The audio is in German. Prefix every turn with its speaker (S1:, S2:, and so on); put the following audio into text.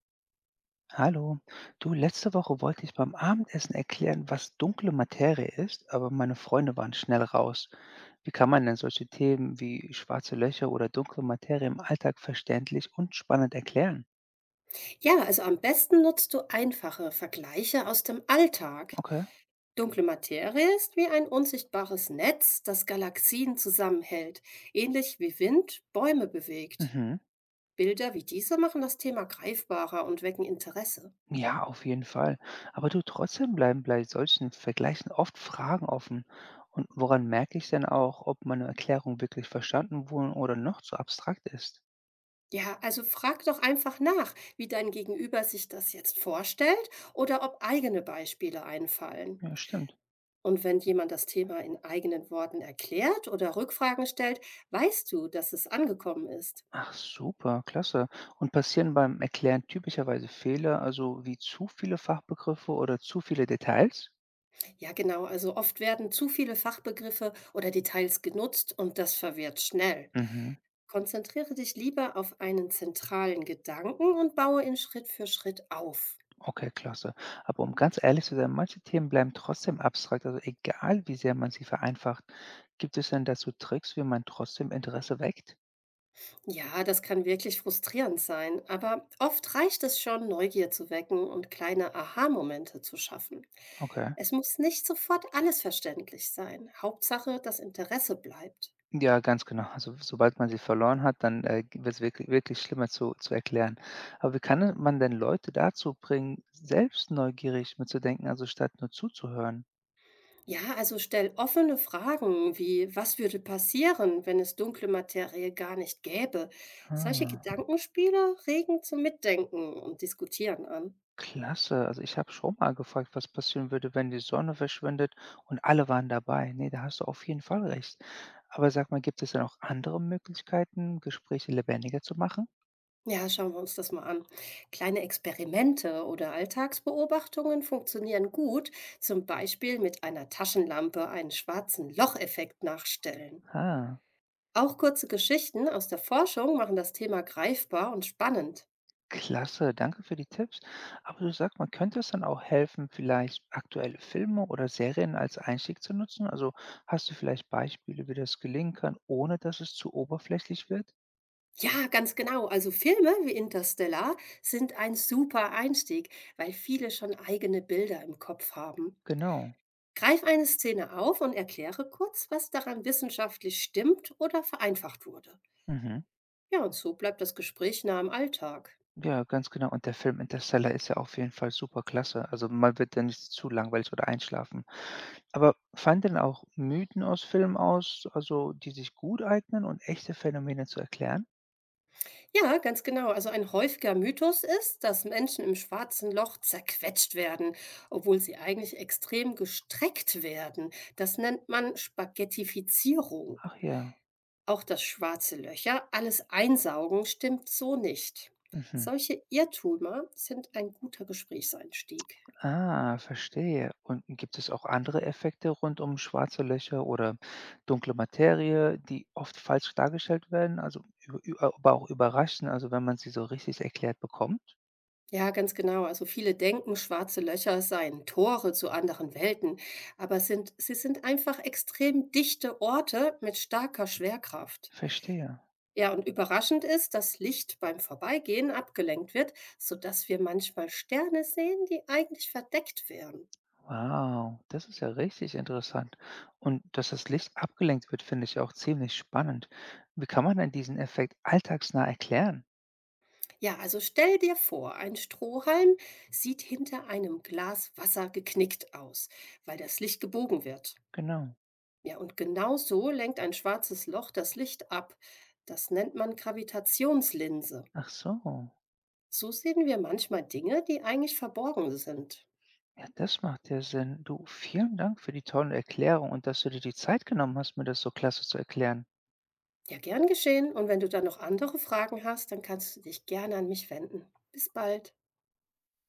S1: Hallo, du, letzte Woche wollte ich beim Abendessen erklären, was dunkle Materie ist, aber meine Freunde waren schnell raus. Wie kann man denn solche Themen wie schwarze Löcher oder dunkle Materie im Alltag verständlich und spannend erklären?
S2: Ja, also am besten nutzt du einfache Vergleiche aus dem Alltag.
S1: Okay.
S2: Dunkle Materie ist wie ein unsichtbares Netz, das Galaxien zusammenhält, ähnlich wie Wind Bäume bewegt.
S1: Mhm.
S2: Bilder wie diese machen das Thema greifbarer und wecken Interesse.
S1: Ja, auf jeden Fall. Aber du, trotzdem bleiben bei solchen Vergleichen oft Fragen offen. Und woran merke ich denn auch, ob meine Erklärung wirklich verstanden wurde oder noch zu abstrakt ist?
S2: Ja, also frag doch einfach nach, wie dein Gegenüber sich das jetzt vorstellt oder ob eigene Beispiele einfallen.
S1: Ja, stimmt.
S2: Und wenn jemand das Thema in eigenen Worten erklärt oder Rückfragen stellt, weißt du, dass es angekommen ist.
S1: Ach super, klasse. Und passieren beim Erklären typischerweise Fehler, also wie zu viele Fachbegriffe oder zu viele Details?
S2: Ja, genau. Also oft werden zu viele Fachbegriffe oder Details genutzt und das verwirrt schnell.
S1: Mhm.
S2: Konzentriere dich lieber auf einen zentralen Gedanken und baue ihn Schritt für Schritt auf.
S1: Okay, klasse. Aber um ganz ehrlich zu sein, manche Themen bleiben trotzdem abstrakt, also egal wie sehr man sie vereinfacht. Gibt es denn dazu Tricks, wie man trotzdem Interesse weckt?
S2: Ja, das kann wirklich frustrierend sein, aber oft reicht es schon, Neugier zu wecken und kleine Aha-Momente zu schaffen.
S1: Okay.
S2: Es muss nicht sofort alles verständlich sein. Hauptsache, das Interesse bleibt.
S1: Ja, ganz genau. Also sobald man sie verloren hat, dann wird es wirklich schlimmer zu erklären. Aber wie kann denn man denn Leute dazu bringen, selbst neugierig mitzudenken, also statt nur zuzuhören?
S2: Ja, also stell offene Fragen wie, was würde passieren, wenn es dunkle Materie gar nicht gäbe? Solche
S1: Ah.
S2: Gedankenspiele regen zum Mitdenken und Diskutieren an.
S1: Klasse. Also, ich habe schon mal gefragt, was passieren würde, wenn die Sonne verschwindet und alle waren dabei. Ne, da hast du auf jeden Fall recht. Aber sag mal, gibt es denn auch andere Möglichkeiten, Gespräche lebendiger zu machen?
S2: Ja, schauen wir uns das mal an. Kleine Experimente oder Alltagsbeobachtungen funktionieren gut, zum Beispiel mit einer Taschenlampe einen schwarzen Locheffekt nachstellen.
S1: Ah,
S2: Auch kurze Geschichten aus der Forschung machen das Thema greifbar und spannend.
S1: klasse. Danke für die Tipps. Aber du sag mal, könnte es dann auch helfen, vielleicht aktuelle Filme oder Serien als Einstieg zu nutzen? Also, hast du vielleicht Beispiele, wie das gelingen kann, ohne dass es zu oberflächlich wird?
S2: Ja, ganz genau. Also Filme wie Interstellar sind ein super Einstieg, weil viele schon eigene Bilder im Kopf haben.
S1: Genau.
S2: Greif eine Szene auf und erkläre kurz, was daran wissenschaftlich stimmt oder vereinfacht wurde.
S1: Mhm.
S2: Ja, und so bleibt das Gespräch nah am Alltag.
S1: Ja, ganz genau. Und der Film Interstellar ist ja auf jeden Fall superklasse. Also, man wird da nicht zu langweilig oder einschlafen. Aber fallen denn auch Mythen aus Filmen aus, also die sich gut eignen und echte Phänomene zu erklären?
S2: Ja, ganz genau. Also ein häufiger Mythos ist, dass Menschen im schwarzen Loch zerquetscht werden, obwohl sie eigentlich extrem gestreckt werden. Das nennt man Spaghettifizierung.
S1: Ach ja.
S2: Auch das schwarze Löcher, alles einsaugen, stimmt so nicht.
S1: Mhm.
S2: Solche Irrtümer sind ein guter Gesprächseinstieg.
S1: Ah, verstehe. Und gibt es auch andere Effekte rund um schwarze Löcher oder dunkle Materie, die oft falsch dargestellt werden, also aber auch überraschen, also wenn man sie so richtig erklärt bekommt?
S2: Ja, ganz genau. Also viele denken, schwarze Löcher seien Tore zu anderen Welten, sie sind einfach extrem dichte Orte mit starker Schwerkraft.
S1: Verstehe.
S2: Ja, und überraschend ist, dass Licht beim Vorbeigehen abgelenkt wird, sodass wir manchmal Sterne sehen, die eigentlich verdeckt wären.
S1: Wow, das ist ja richtig interessant. Und dass das Licht abgelenkt wird, finde ich auch ziemlich spannend. Wie kann man denn diesen Effekt alltagsnah erklären?
S2: Ja, also stell dir vor, ein Strohhalm sieht hinter einem Glas Wasser geknickt aus, weil das Licht gebogen wird.
S1: Genau.
S2: Ja, und genau so lenkt ein schwarzes Loch das Licht ab. Das nennt man Gravitationslinse.
S1: Ach so.
S2: So sehen wir manchmal Dinge, die eigentlich verborgen sind.
S1: Ja, das macht ja Sinn. Du, vielen Dank für die tolle Erklärung und dass du dir die Zeit genommen hast, mir das so klasse zu erklären.
S2: Ja, gern geschehen. Und wenn du dann noch andere Fragen hast, dann kannst du dich gerne an mich wenden. Bis bald.